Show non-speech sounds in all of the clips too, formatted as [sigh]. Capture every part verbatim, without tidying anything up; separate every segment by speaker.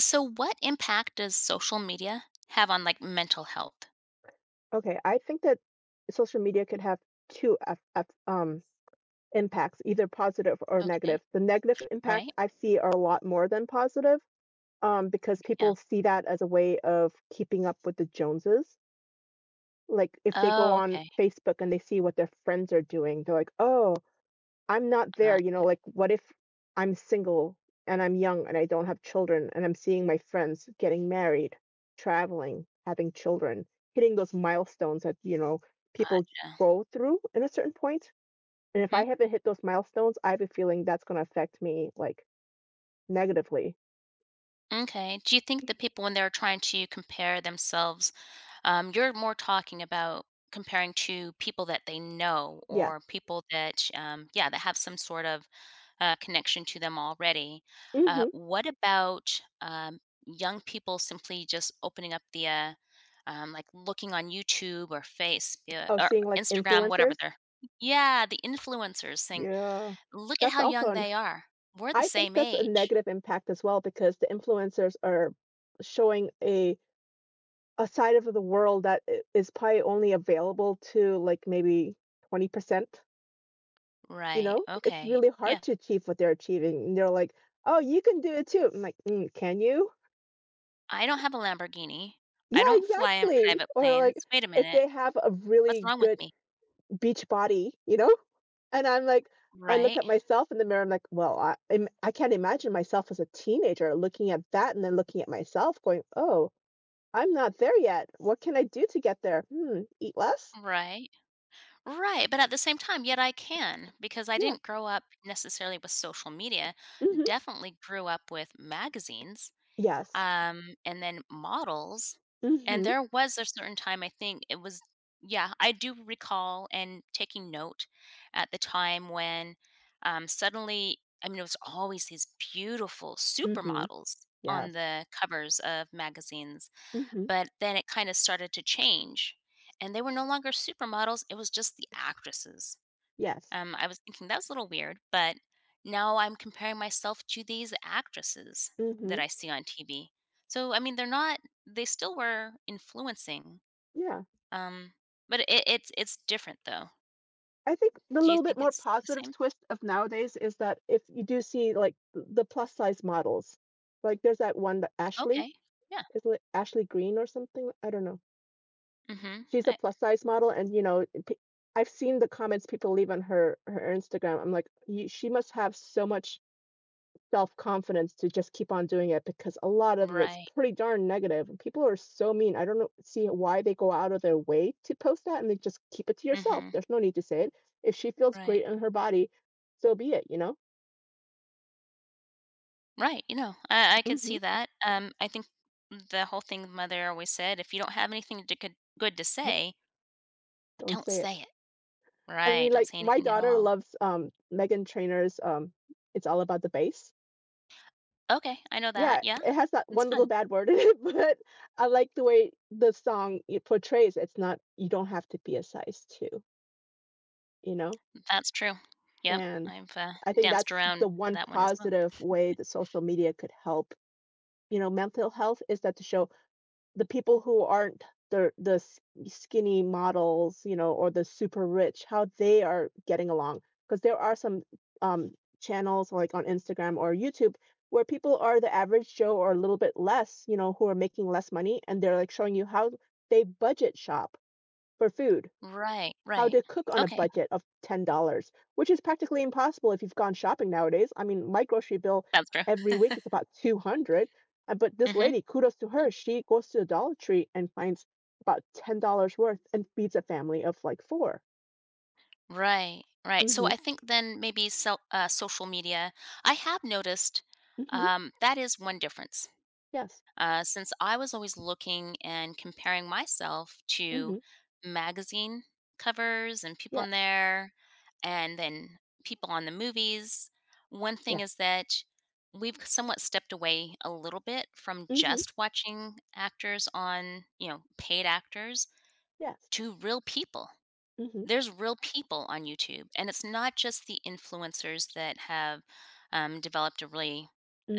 Speaker 1: So what impact does social media have on, like, mental health?
Speaker 2: Okay, I think that social media could have two f f um, impacts, either positive or
Speaker 1: Okay.
Speaker 2: negative. The negative impact
Speaker 1: Right?
Speaker 2: I see are a lot more than positive, um, because
Speaker 1: Yeah.
Speaker 2: people see that as a way of keeping up with the Joneses. Like if they go
Speaker 1: Oh,
Speaker 2: on
Speaker 1: okay.
Speaker 2: Facebook and they see what their friends are doing, they're like, "Oh, I'm not
Speaker 1: Uh,
Speaker 2: there, you know, like what if I'm single and I'm young and I don't have children and I'm seeing my friends getting married, traveling, having children, hitting those milestones that, you know, people
Speaker 1: gotcha.
Speaker 2: go through at a certain point. And if I
Speaker 1: Hmm,
Speaker 2: haven't hit those milestones, I have a feeling that's going to affect me like negatively.
Speaker 1: m'kay. Do you think that people, when they're trying to compare themselves um, you're more talking about comparing to people that they know
Speaker 2: Yeah.
Speaker 1: or people that, um yeah, that have some sort of uh, connection to them already. Uh,
Speaker 2: Mm-hmm.
Speaker 1: what about um, young people simply just opening up the, uh, um, like looking on YouTube or Face uh,
Speaker 2: Oh,
Speaker 1: or
Speaker 2: seeing like
Speaker 1: Instagram, whatever
Speaker 2: influencers.
Speaker 1: they're, yeah, the influencers saying,
Speaker 2: Yeah.
Speaker 1: look at
Speaker 2: That's
Speaker 1: how
Speaker 2: also
Speaker 1: young
Speaker 2: an,
Speaker 1: they are. We're the
Speaker 2: I think
Speaker 1: same
Speaker 2: that's a
Speaker 1: age.
Speaker 2: negative impact as well because the influencers are showing a a side of the world that i- is probably only available to like maybe twenty percent, you
Speaker 1: Right.
Speaker 2: know? It's
Speaker 1: Okay.
Speaker 2: really hard
Speaker 1: Yeah.
Speaker 2: to achieve what they're achieving. And they're like, oh, you can do it too. I'm like, mm, can you?
Speaker 1: I don't have a Lamborghini.
Speaker 2: Yeah,
Speaker 1: I don't fly in
Speaker 2: exactly.
Speaker 1: private
Speaker 2: Or like
Speaker 1: planes. Wait a
Speaker 2: if
Speaker 1: minute.
Speaker 2: they have a
Speaker 1: What's
Speaker 2: really
Speaker 1: wrong with
Speaker 2: good
Speaker 1: me?
Speaker 2: beach body, you know? And I'm like, I look
Speaker 1: Right.
Speaker 2: at myself in the mirror. I'm like, well, I im- I can't imagine myself as a teenager looking at that and then looking at myself, going, "Oh, I'm not there yet. What can I do to get there? Hmm, eat less?
Speaker 1: Right. Right, but at the same time, yet I can because I
Speaker 2: Yeah.
Speaker 1: didn't grow up necessarily with social media.
Speaker 2: Mhm."
Speaker 1: Definitely grew up with magazines,
Speaker 2: Yes.
Speaker 1: um, and then models. And
Speaker 2: Mhm,
Speaker 1: there was a certain time I think it was yeah, I do recall and taking note at the time when um, suddenly, I mean, it was always these beautiful
Speaker 2: mhm,
Speaker 1: supermodels on
Speaker 2: yes.
Speaker 1: the covers of magazines.
Speaker 2: Mm. Mhm,
Speaker 1: But then it kinda started to change, and they were no longer supermodels, it was just the actresses.
Speaker 2: yes.
Speaker 1: Um, I was thinking that's a little weird, but now I'm comparing myself to these actresses
Speaker 2: Mm.
Speaker 1: that
Speaker 2: Mhm,
Speaker 1: I see on T V. So, I mean, they're not they still were influencing,
Speaker 2: yeah.
Speaker 1: um, but it it's it's different though.
Speaker 2: I think the
Speaker 1: Do you
Speaker 2: little bit
Speaker 1: think
Speaker 2: more
Speaker 1: it's the
Speaker 2: positive
Speaker 1: same?
Speaker 2: twist of nowadays is that if you do see, like, th the plus size models, like, there's that one, that Ashley,
Speaker 1: Okay. Yeah.
Speaker 2: is it Ashley Green or something? I don't know.
Speaker 1: Mhm.
Speaker 2: She's a
Speaker 1: I
Speaker 2: plus size model and, you know, i I've seen the comments people leave on her her Instagram. I'm like, "You she must have so much self-confidence to just keep on doing it because a lot of it's
Speaker 1: Right.
Speaker 2: pretty darn negative, and people are so mean. I don't know, see why they go out of their way to post that and they just keep it to yourself.
Speaker 1: Mhm.
Speaker 2: There's no need to say it. If she feels
Speaker 1: Right.
Speaker 2: great in her body, so be it, you know?
Speaker 1: Right, you know, I I could
Speaker 2: Mhm.
Speaker 1: see that. Um, I think the whole thing mother always said, "If you don't have anything to good good to
Speaker 2: Yeah,
Speaker 1: say,
Speaker 2: don't
Speaker 1: don't
Speaker 2: say it.
Speaker 1: say it."
Speaker 2: I
Speaker 1: Right,
Speaker 2: mean,
Speaker 1: don't
Speaker 2: like
Speaker 1: say
Speaker 2: my
Speaker 1: anything at
Speaker 2: daughter
Speaker 1: all.
Speaker 2: loves um Megan Trainor's um It's All About the Bass.
Speaker 1: Okay, I know that,
Speaker 2: Yeah,
Speaker 1: yeah.
Speaker 2: it has that
Speaker 1: That's
Speaker 2: one little
Speaker 1: fun.
Speaker 2: bad word in it, [laughs] but I like the way the song it portrays it's not you don't have to be a size two, you know?
Speaker 1: That's true. Yep,
Speaker 2: And
Speaker 1: I've, uh,
Speaker 2: I think
Speaker 1: danced
Speaker 2: that's
Speaker 1: around
Speaker 2: the one
Speaker 1: that one as well.
Speaker 2: positive way that social media could help, you know, mental health is that to show the people who aren't the the s- skinny models, you know, or the super rich, how they are getting along. Because there are some um, channels like on Instagram or YouTube where people are the average Joe or a little bit less, you know, who are making less money, and they're like showing you how they budget shop for food,
Speaker 1: Right,
Speaker 2: how
Speaker 1: right.
Speaker 2: to cook on a
Speaker 1: Okay,
Speaker 2: budget of ten dollars which is practically impossible if you've gone shopping nowadays. I mean, my grocery bill
Speaker 1: that's true.
Speaker 2: every week is about two hundred, uh, but
Speaker 1: Mm,
Speaker 2: this
Speaker 1: mhm,
Speaker 2: lady, kudos to
Speaker 1: yeah.
Speaker 2: her, she goes to the Dollar Tree and finds about ten dollars worth and feeds a family of like four.
Speaker 1: Right, right. So
Speaker 2: Mhm.
Speaker 1: I think then maybe so uh, social media I have noticed,
Speaker 2: Mhm.
Speaker 1: um, that is one difference.
Speaker 2: Yes.
Speaker 1: Uh, since I was always looking and comparing myself to
Speaker 2: Mhm.
Speaker 1: magazine covers and people in
Speaker 2: Yes.
Speaker 1: there, and then people on the movies. One thing
Speaker 2: Yes.
Speaker 1: is that we've somewhat stepped away a little bit from
Speaker 2: Mhm.
Speaker 1: just watching actors on, you know, paid actors
Speaker 2: Yes.
Speaker 1: to real people
Speaker 2: Mhm.
Speaker 1: there's real people on YouTube, and it's not just the influencers that have, um, developed a really,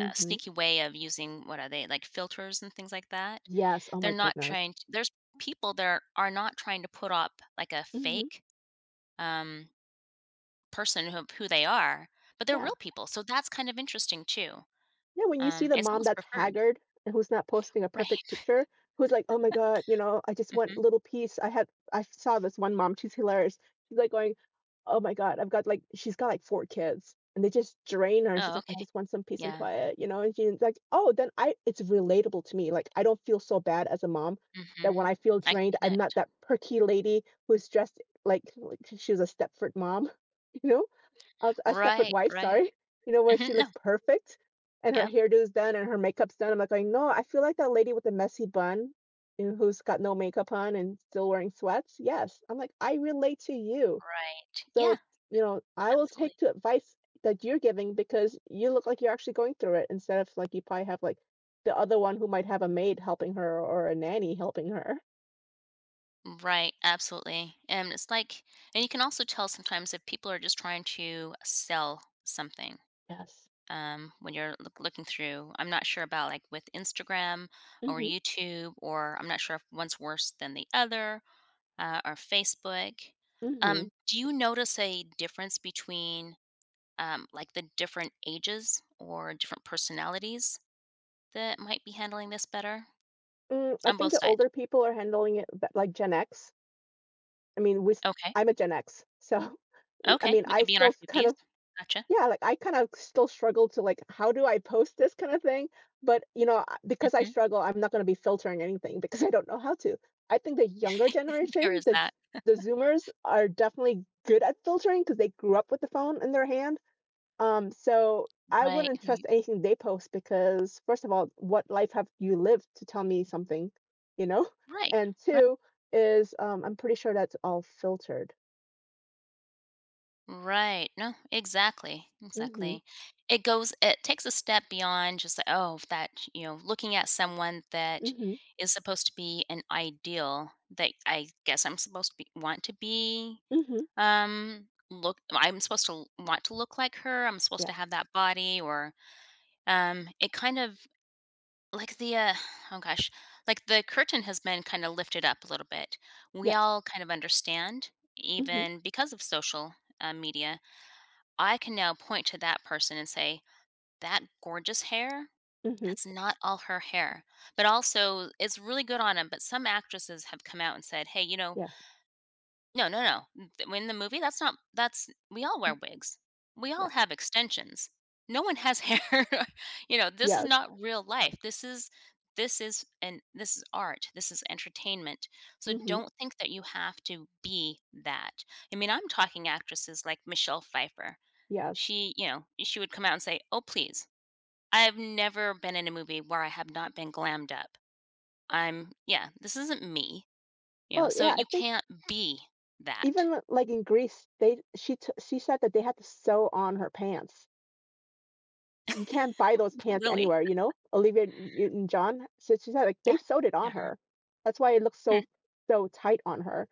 Speaker 1: uh, sneaky way of using what are they, like, filters and things like that?
Speaker 2: Yes. Oh
Speaker 1: They're
Speaker 2: my
Speaker 1: not
Speaker 2: goodness.
Speaker 1: trying t there's people that are are not trying to put up, like, a
Speaker 2: Mhm.
Speaker 1: fake, um, person who who they are, but they're
Speaker 2: Yeah.
Speaker 1: real people, so that's kind of interesting too.
Speaker 2: Yeah, when you see
Speaker 1: Um,
Speaker 2: the
Speaker 1: it's
Speaker 2: mom
Speaker 1: almost
Speaker 2: that's
Speaker 1: preferred.
Speaker 2: haggard and who's not posting a perfect
Speaker 1: Right.
Speaker 2: picture, who's like, "Oh my god, you know, I just want
Speaker 1: Mhm.
Speaker 2: little piece." I had I saw this one mom, she's hilarious. She's like going, "Oh my god, I've got like" she's got like four kids and they just drain her and she's
Speaker 1: Oh,
Speaker 2: like, "I
Speaker 1: okay.
Speaker 2: just want some peace and
Speaker 1: Yeah.
Speaker 2: quiet," you know, and she's like, "Oh, then I it's relatable to me. Like I don't feel so bad as a mom that when
Speaker 1: Mhm.
Speaker 2: I feel
Speaker 1: I can
Speaker 2: drained, I'm not
Speaker 1: connect.
Speaker 2: that perky lady who's dressed like like she was a Stepford mom, [laughs] you know? Uh, a Stepford
Speaker 1: Right,
Speaker 2: Wife,
Speaker 1: right.
Speaker 2: sorry, you know, where she
Speaker 1: Mhm, no.
Speaker 2: looks perfect and her
Speaker 1: Yep.
Speaker 2: hairdo is done and her makeup's done. I'm like going, no, I feel like that lady with the messy bun, you know, who's got no makeup on and still wearing sweats. Yes. I'm like, I relate to you.
Speaker 1: Right.
Speaker 2: So,
Speaker 1: Yeah,
Speaker 2: you know, I will take
Speaker 1: absolutely.
Speaker 2: the advice that you're giving because you look like you're actually going through it instead of like you probably have like the other one who might have a maid helping her or a nanny helping her.
Speaker 1: Right, absolutely. And it's like and you can also tell sometimes if people are just trying to sell something.
Speaker 2: Yes.
Speaker 1: Um, when you're look, looking through, I'm not sure about like with Instagram or
Speaker 2: Mm-hmm.
Speaker 1: YouTube, or I'm not sure if one's worse than the other, uh, or Facebook.
Speaker 2: Mm-hmm.
Speaker 1: Um, do you notice a difference between um, like the different ages or different personalities that might be handling this better
Speaker 2: Mm, I
Speaker 1: on
Speaker 2: think
Speaker 1: both
Speaker 2: the
Speaker 1: sides?
Speaker 2: older people are handling it be- like Gen X I mean, we
Speaker 1: Okay,
Speaker 2: I I'm a Gen X, so [laughs] we I
Speaker 1: okay,
Speaker 2: mean,
Speaker 1: we
Speaker 2: I
Speaker 1: could be in
Speaker 2: still
Speaker 1: our
Speaker 2: s kind
Speaker 1: fifties.
Speaker 2: of
Speaker 1: Gotcha.
Speaker 2: yeah, like, I kind of still struggle to, like, "How do I post this kind of thing?" But, you know, I because I
Speaker 1: Mm-hmm.
Speaker 2: struggle, I'm not gonna be filtering anything [laughs] because I don't know how to. I think the younger
Speaker 1: [laughs] There
Speaker 2: generation,
Speaker 1: is
Speaker 2: the
Speaker 1: that.
Speaker 2: the Zoomers are definitely good at filtering because they grew up with the phone in their hand, um, so I
Speaker 1: Right.
Speaker 2: wouldn't trust anything they post because first of all, what life have you lived to tell me something, you know? [laughs]
Speaker 1: Right.
Speaker 2: And
Speaker 1: Right,
Speaker 2: two is um, I'm pretty sure that's all filtered.
Speaker 1: Right. No, exactly,
Speaker 2: Mm-hmm.
Speaker 1: exactly. It goes it takes a step beyond just, like, oh, that you know, looking at someone that
Speaker 2: Mm-hmm.
Speaker 1: is supposed to be an ideal that I guess I'm supposed to be want to be,
Speaker 2: Mm-hmm.
Speaker 1: um, look I'm supposed to want to look like her, I'm supposed
Speaker 2: Yeah.
Speaker 1: to have that body or, um, it kind of like the, uh oh gosh, like the curtain has been kind of lifted up a little bit. We
Speaker 2: Yes.
Speaker 1: all kind of understand,
Speaker 2: Mm-hmm.
Speaker 1: even because of social uh, media. I can now point to that person and say, that gorgeous hair,
Speaker 2: Mm-hmm.
Speaker 1: that's not all her hair. But also, it's really good on him. But some actresses have come out and said, hey, you know,
Speaker 2: Yes.
Speaker 1: no, no, no. N th when the movie, that's not that's we all
Speaker 2: Mm,
Speaker 1: wear wigs. We
Speaker 2: yeah.
Speaker 1: all have extensions. No one has hair. [laughs] You know, this is
Speaker 2: Yes.
Speaker 1: not real life. This is this is and this is art. This is entertainment. So
Speaker 2: Mm-hmm.
Speaker 1: don't think that you have to be that. I mean, I'm talking actresses like Michelle Pfeiffer.
Speaker 2: Yes.
Speaker 1: She, you know, she would come out and say, "Oh, please. I've never been in a movie where I have not been glammed up. I'm yeah, this isn't me." You know,
Speaker 2: Well,
Speaker 1: so
Speaker 2: yeah, I
Speaker 1: you
Speaker 2: think
Speaker 1: can't be that.
Speaker 2: even like in Greece, they she t she said that they had to sew on her pants. You can't buy those
Speaker 1: [laughs]
Speaker 2: pants
Speaker 1: Really?
Speaker 2: anywhere, you know? Olivia Newton-John, so she said, like, they
Speaker 1: Yeah.
Speaker 2: sewed it
Speaker 1: Yeah,
Speaker 2: on
Speaker 1: her.
Speaker 2: her. That's why it looks
Speaker 1: Hmm.
Speaker 2: so so tight on her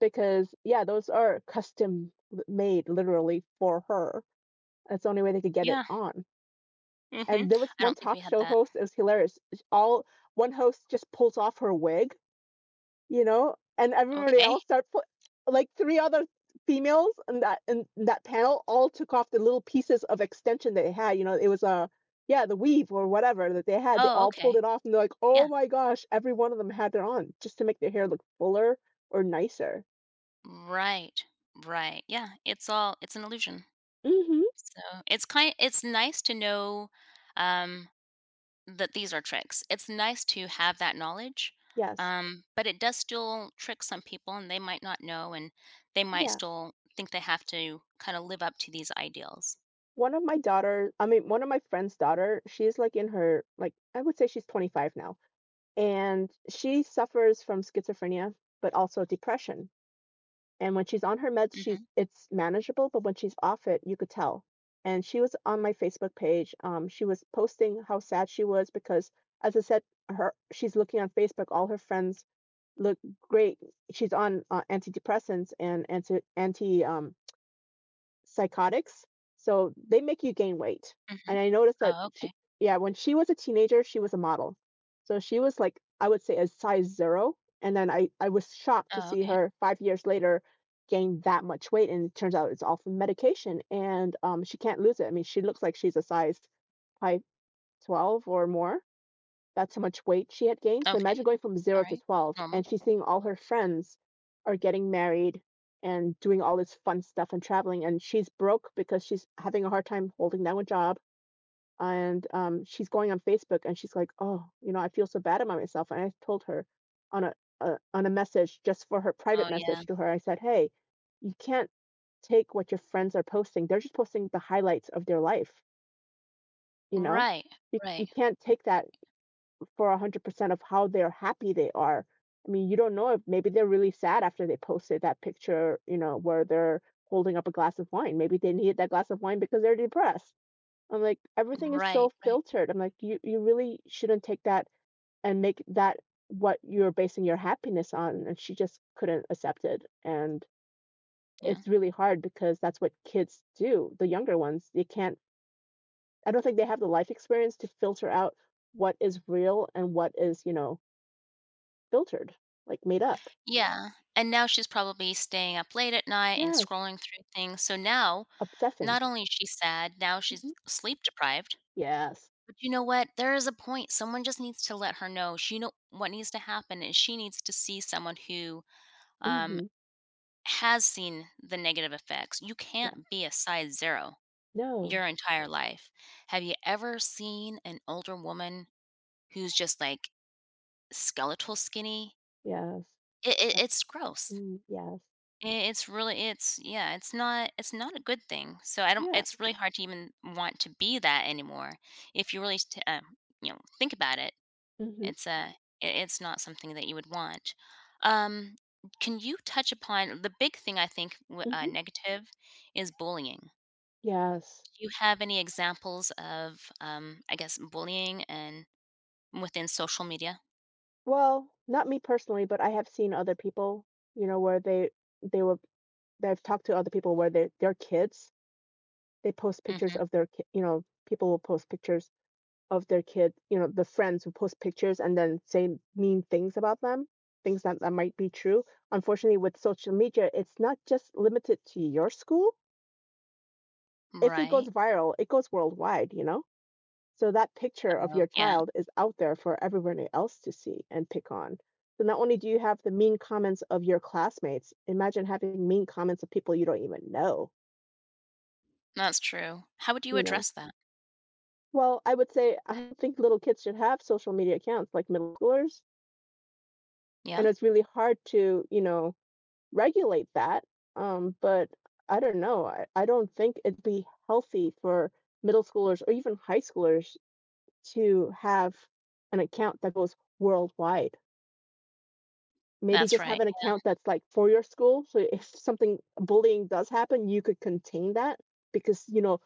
Speaker 2: because, yeah, those are custom l made literally for her. That's the only way they could get it
Speaker 1: Yeah.
Speaker 2: on. And
Speaker 1: Mhm.
Speaker 2: there was
Speaker 1: I
Speaker 2: one
Speaker 1: don't think we
Speaker 2: talk
Speaker 1: had
Speaker 2: show
Speaker 1: that.
Speaker 2: host, it was hilarious. All One host just pulls off her wig, you know, and everybody
Speaker 1: Okay.
Speaker 2: else start put like three other females in that in that panel all took off the little pieces of extension they had. You know, it was a yeah, the weave or whatever that they had. They
Speaker 1: Oh,
Speaker 2: all pulled
Speaker 1: okay.
Speaker 2: it off, and they're like, "Oh
Speaker 1: Yeah.
Speaker 2: my gosh!" Every one of them had it on just to make their hair look fuller or nicer.
Speaker 1: Right. Right. Yeah. It's all it's an illusion.
Speaker 2: Mhm.
Speaker 1: So, it's kind it's nice to know, um, that these are tricks. It's nice to have that knowledge,
Speaker 2: Yes.
Speaker 1: um, but it does still trick some people, and they might not know, and they might
Speaker 2: Yeah.
Speaker 1: still think they have to kinda live up to these ideals.
Speaker 2: One of my daughter, I mean, one of my friend's daughter, she's like in her like I would say she's twenty-five now, and she suffers from schizophrenia, but also depression. And when she's on her meds, she's
Speaker 1: Mhm.
Speaker 2: it's manageable, but when she's off it, you could tell. And she was on my Facebook page. Um, she was posting how sad she was because, as I said, her she's looking on Facebook. All her friends look great. She's on uh, antidepressants and anti anti um, psychotics, so they make you gain weight. And
Speaker 1: Mhm.
Speaker 2: I noticed that
Speaker 1: Oh,
Speaker 2: she
Speaker 1: okay.
Speaker 2: yeah, when she was a teenager, she was a model. So she was like, I would say a size zero, and then I I was shocked to
Speaker 1: Oh,
Speaker 2: see
Speaker 1: okay.
Speaker 2: her five years later gain that much weight, and it turns out it's all from medication, and, um, she can't lose it. I mean, she looks like she's a size probably twelve or more. That's how much weight she had gained. So
Speaker 1: Okay.
Speaker 2: imagine going from zero to
Speaker 1: Alright.
Speaker 2: twelve,
Speaker 1: Normal.
Speaker 2: and she's seeing all her friends are getting married and doing all this fun stuff and traveling, and she's broke because she's having a hard time holding down a job. And, um, she's going on Facebook, and she's like, "Oh, you know, I feel so bad about myself." And I told her on a a on a message, just for her private
Speaker 1: Oh, yeah.
Speaker 2: message to her, I said, "Hey, you can't take what your friends are posting. They're just posting the highlights of their life, you know?
Speaker 1: Right,
Speaker 2: You
Speaker 1: right,
Speaker 2: you can't take that for one hundred percent of how they're happy they are. I mean, you don't know if maybe they're really sad after they posted that picture, you know, where they're holding up a glass of wine. Maybe they needed that glass of wine because they're depressed. I'm like, everything is so
Speaker 1: right, right,
Speaker 2: filtered. I'm like, you you really shouldn't take that and make that what you're basing your happiness on. And she just couldn't accept it. And
Speaker 1: yeah.
Speaker 2: it's really hard because that's what kids do, the younger ones. They can't, I don't think they have the life experience to filter out what is real and what is, you know, filtered, like, made up.
Speaker 1: Yeah, and now she's probably staying up late at night and
Speaker 2: Yes.
Speaker 1: scrolling through things, so now,
Speaker 2: Obsessing.
Speaker 1: not only is she sad, now she's
Speaker 2: Mhm.
Speaker 1: sleep deprived,
Speaker 2: Yes.
Speaker 1: but you know what? There is a point, someone just needs to let her know, she know what needs to happen and she needs to see someone who, um,
Speaker 2: Mhm.
Speaker 1: has seen the negative effects. You
Speaker 2: Yeah.
Speaker 1: can't be a size zero
Speaker 2: No.
Speaker 1: your entire life. Have you ever seen an older woman who's just, like, skeletal skinny?
Speaker 2: Yes.
Speaker 1: It it
Speaker 2: That
Speaker 1: it's gross.
Speaker 2: Mm, yes.
Speaker 1: I it's really it's yeah, it's not it's not a good thing. So I don't
Speaker 2: Yeah.
Speaker 1: it's really hard to even want to be that anymore. If you really st um, you know, think about it,
Speaker 2: Mhm.
Speaker 1: it's, uh, I it's not something that you would want. Um, can you touch upon the big thing I think w uh,
Speaker 2: Mhm.
Speaker 1: negative is bullying.
Speaker 2: Yes.
Speaker 1: Do you have any examples of, um, I guess, bullying and within social media?
Speaker 2: Well, not me personally, but I have seen other people, you know, where they they were. I've talked to other people where their their kids, they post pictures
Speaker 1: Mhm.
Speaker 2: of their ki you know, people will post pictures of their kid, you know, the friends who post pictures and then say mean things about them, things that, that might be true. Unfortunately, with social media, it's not just limited to your school. If it goes
Speaker 1: Right.
Speaker 2: viral, it goes worldwide, you know? So that picture of
Speaker 1: Oh,
Speaker 2: your
Speaker 1: yeah.
Speaker 2: child is out there for everyone else to see and pick on. So not only do you have the mean comments of your classmates, imagine having mean comments of people you don't even know,
Speaker 1: That's true. How would you
Speaker 2: you know?
Speaker 1: address that?
Speaker 2: Well, I would say I think little kids should have social media accounts like middle schoolers, and
Speaker 1: Yeah.
Speaker 2: it's really hard to, you know, regulate that. Um, but I don't know. I, I don't think it'd be healthy for middle schoolers or even high schoolers to have an account that goes worldwide. Maybe
Speaker 1: That's
Speaker 2: just have
Speaker 1: right.
Speaker 2: an account that's like for your school. So if something bullying does happen, you could contain that because, you know,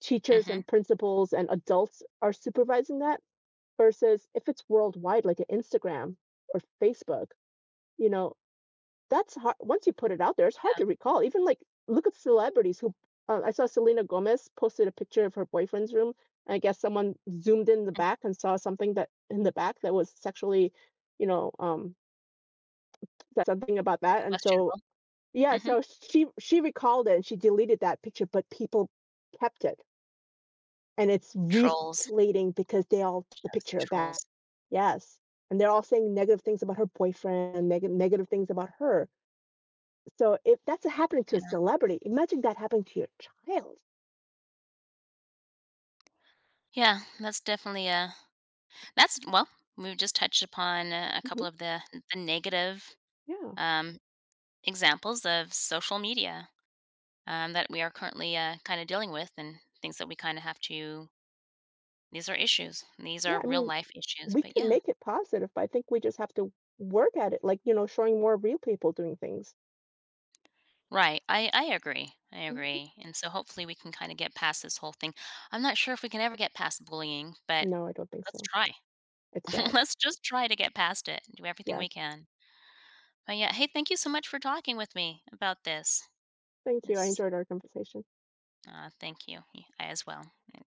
Speaker 2: teachers and
Speaker 1: Mhm.
Speaker 2: principals and adults are supervising that versus if it's worldwide, like an Instagram or Facebook, you know, that's hard once you put it out there, it's hard
Speaker 1: Yeah,
Speaker 2: to recall. Even like look at celebrities who uh, I saw Selena Gomez posted a picture of her boyfriend's room. I guess someone zoomed in the
Speaker 1: mhm,
Speaker 2: back and saw something that in the back that was sexually, you know, um, that something about that. And so
Speaker 1: questionable.
Speaker 2: yeah,
Speaker 1: Mhm.
Speaker 2: so she she recalled it and she deleted that picture, but people kept it and it's
Speaker 1: Trolls,
Speaker 2: recirculating because they all took a
Speaker 1: just
Speaker 2: picture of that.
Speaker 1: trolls.
Speaker 2: Yes. And they're all saying negative things about her boyfriend, negative negative things about her. So if that's happening to a
Speaker 1: Yeah.
Speaker 2: celebrity, imagine that happening to your child.
Speaker 1: Yeah, that's definitely a that's well, we've just touched upon uh, a
Speaker 2: Hmm.
Speaker 1: couple of the the negative,
Speaker 2: Yeah.
Speaker 1: um, examples of social media, um, that we are currently, uh, kinda dealing with and things that we kinda have to these are issues, these are
Speaker 2: Yeah, I
Speaker 1: real
Speaker 2: mean,
Speaker 1: life issues,
Speaker 2: we
Speaker 1: but
Speaker 2: can
Speaker 1: yeah.
Speaker 2: make it positive, but I think we just have to work at it, like, you know, showing more real people doing things.
Speaker 1: Right, I I agree, I
Speaker 2: Hmm.
Speaker 1: agree, and so hopefully we can kinda get past this whole thing. I'm not sure if we can ever get past bullying, but
Speaker 2: No, I don't think
Speaker 1: let's
Speaker 2: so.
Speaker 1: try.
Speaker 2: It's
Speaker 1: [laughs]
Speaker 2: sad.
Speaker 1: Let's just try to get past it and do everything
Speaker 2: Yes.
Speaker 1: we can. But yeah, hey, thank you so much for talking with me about this.
Speaker 2: Thank you. I
Speaker 1: This,
Speaker 2: enjoyed our conversation.
Speaker 1: uh, thank you. Y- I as well.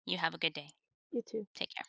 Speaker 1: You have a good day.
Speaker 2: You too.
Speaker 1: Take care.